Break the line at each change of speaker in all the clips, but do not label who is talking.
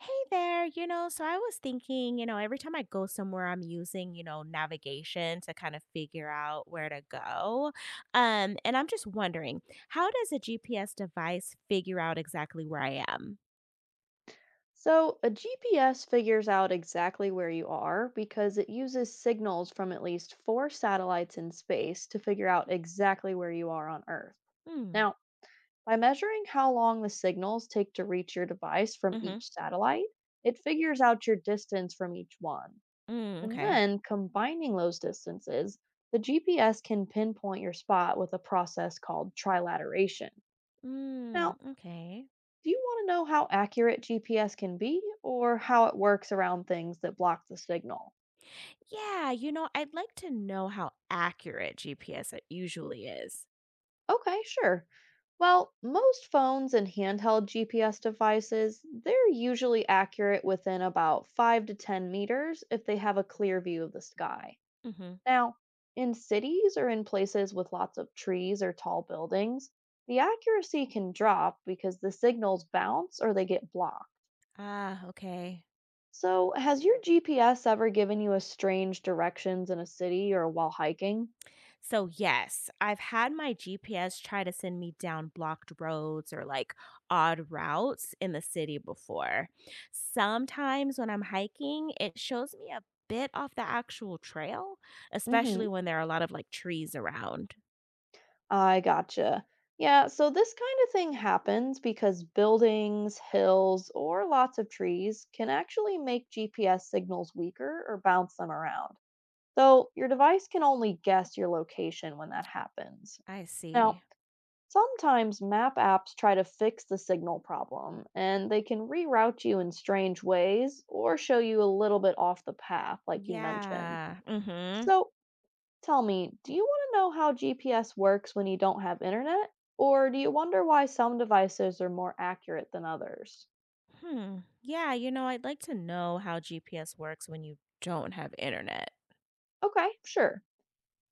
Hey there, so I was thinking, every time I go somewhere, I'm using, navigation to kind of figure out where to go. And I'm just wondering, how does a GPS device figure out exactly where I am?
So, a GPS figures out exactly where you are because it uses signals from at least four satellites in space to figure out exactly where you are on Earth.
Mm,
Now, by measuring how long the signals take to reach your device from
mm-hmm.
each satellite, it figures out your distance from each one.
Mm,
And
okay.
then, combining those distances, the GPS can pinpoint your spot with a process called trilateration.
Mm,
Now,
okay.
do you want to know how accurate GPS can be or how it works around things that block the signal?
Yeah, I'd like to know how accurate GPS it usually is.
Okay, sure. Well, most phones and handheld GPS devices, they're usually accurate within about 5 to 10 meters if they have a clear view of the sky.
Mm-hmm.
Now, in cities or in places with lots of trees or tall buildings, the accuracy can drop because the signals bounce or they get blocked.
Ah, okay.
So, has your GPS ever given you a strange directions in a city or while hiking?
So, yes, I've had my GPS try to send me down blocked roads or like odd routes in the city before. Sometimes when I'm hiking, it shows me a bit off the actual trail,
Mm-hmm.
especially when there are a lot of like trees around.
I gotcha. Yeah, so this kind of thing happens because buildings, hills, or lots of trees can actually make GPS signals weaker or bounce them around. So, your device can only guess your location when that happens.
I
Now,
see.
sometimes map apps try to fix the signal problem, and they can reroute you in strange ways or show you a little bit off the path, like you mentioned.
Yeah. Mm-hmm.
So tell me, do you want to know how GPS works when you don't have internet? Or do you wonder why some devices are more accurate than others?
Hmm. Yeah, I'd like to know how GPS works when you don't have internet.
Okay, sure.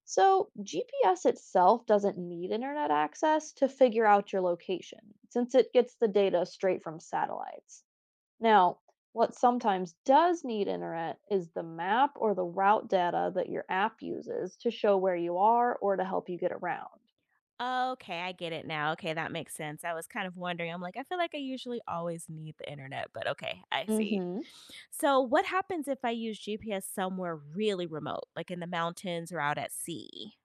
So, GPS itself doesn't need internet access to figure out your location, since it gets the data straight from satellites. Now, what sometimes does need internet is the map or the route data that your app uses to show where you are or to help you get around.
Okay, I get it now. Okay, that makes sense. I was kind of wondering. I'm like, I feel like I usually always need the internet, but okay, I see.
hmm
So, what happens if I use GPS somewhere really remote, like in the mountains or out at sea?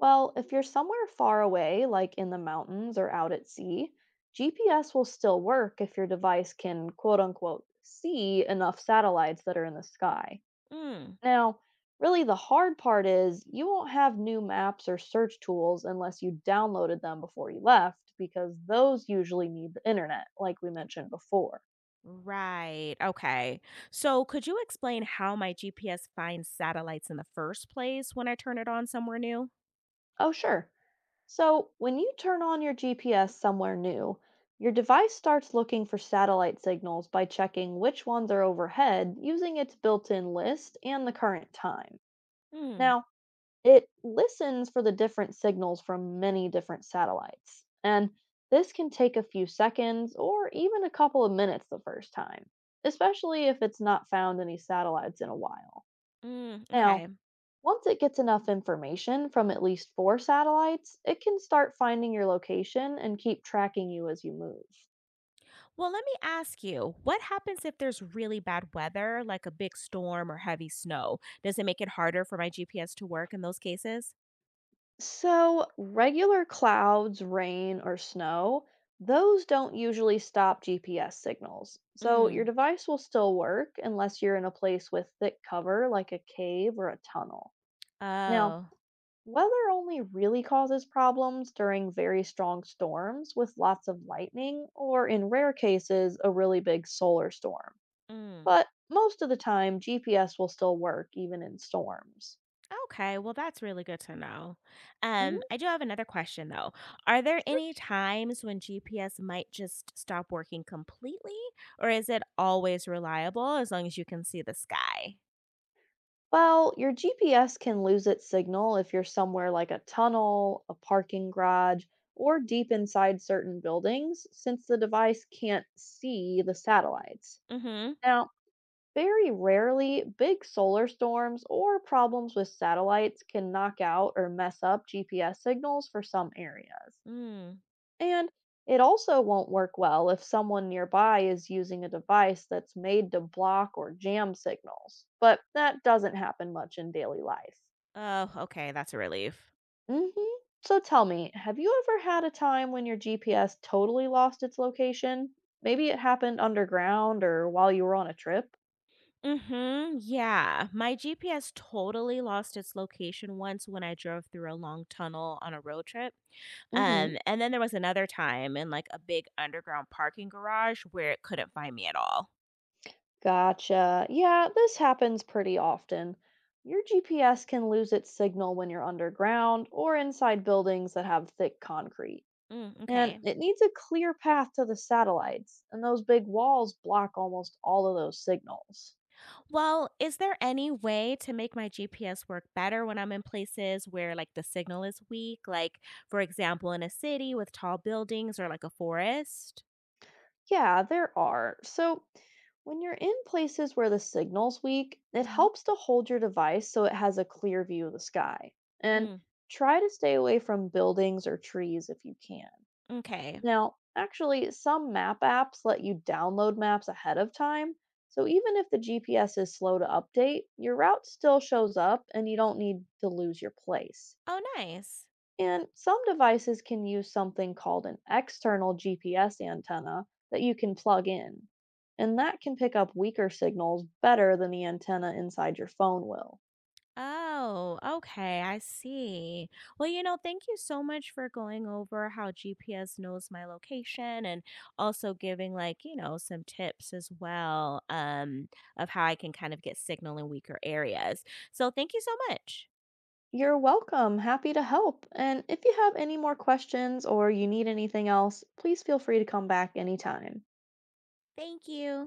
Well, if you're somewhere far away, like in the mountains or out at sea, GPS will still work if your device can quote unquote see enough satellites that are in the sky.
Mm,
Now, really, the hard part is you won't have new maps or search tools unless you downloaded them before you left, because those usually need the internet, like we mentioned before.
right. Okay. So, could you explain how my GPS finds satellites in the first place when I turn it on somewhere new?
Oh, sure. So, when you turn on your GPS somewhere new, your device starts looking for satellite signals by checking which ones are overhead using its built in list and the current time.
Mm,
Now, it listens for the different signals from many different satellites, and this can take a few seconds or even a couple of minutes the first time, especially if it's not found any satellites in a while.
mm,
Now,
okay.
once it gets enough information from at least four satellites, it can start finding your location and keep tracking you as you move.
Well, let me ask you, what happens if there's really bad weather, like a big storm or heavy snow? Does it make it harder for my GPS to work in those cases?
So, regular clouds, rain, or snow, those don't usually stop GPS signals. So, your
Mm.
device will still work unless you're in a place with thick cover like a cave or a tunnel. Now,
Oh.
weather only really causes problems during very strong storms with lots of lightning or, in rare cases, a really big solar storm.
Mm.
But most of the time, GPS will still work even in storms.
Okay, well that's really good to know.
Mhm.
I do have another question though. Are there any times when GPS might just stop working completely or is it always reliable as long as you can see the sky?
Well, your GPS can lose its signal if you're somewhere like a tunnel, a parking garage, or deep inside certain buildings, since the device can't see the satellites.
Mhm.
Now, very rarely, big solar storms or problems with satellites can knock out or mess up GPS signals for some areas.
Mm.
And it also won't work well if someone nearby is using a device that's made to block or jam signals, but that doesn't happen much in daily life.
Oh, okay, that's a relief.
hmm So tell me, have you ever had a time when your GPS totally lost its location? Maybe it happened underground or while you were on a trip?
Mhm. Yeah. My GPS totally lost its location once when I drove through a long tunnel on a road trip.
hmm
And then there was another time in like a big underground parking garage where it couldn't find me at all.
Gotcha. Yeah, this happens pretty often. Your GPS can lose its signal when you're underground or inside buildings that have thick concrete.
Mm,
And
okay.
it needs a clear path to the satellites, and those big walls block almost all of those signals.
Well, is there any way to make my GPS work better when I'm in places where like the signal is weak, like for example in a city with tall buildings or like a forest?
Yeah, there are. So, when you're in places where the signal's weak, it
Mhm.
helps to hold your device so it has a clear view of the sky. And
Mm,
try to stay away from buildings or trees if you can.
okay.
Now, actually, some map apps let you download maps ahead of time. So even if the GPS is slow to update, your route still shows up and you don't need to lose your place.
Oh, nice.
And some devices can use something called an external GPS antenna that you can plug in. And that can pick up weaker signals better than the antenna inside your phone will.
Oh, okay. I see. Well, thank you so much for going over how GPS knows my location and also giving like, some tips as well of how I can kind of get signal in weaker areas. So, thank you so much.
You're welcome. Happy to help. And if you have any more questions or you need anything else, please feel free to come back anytime.
Thank you.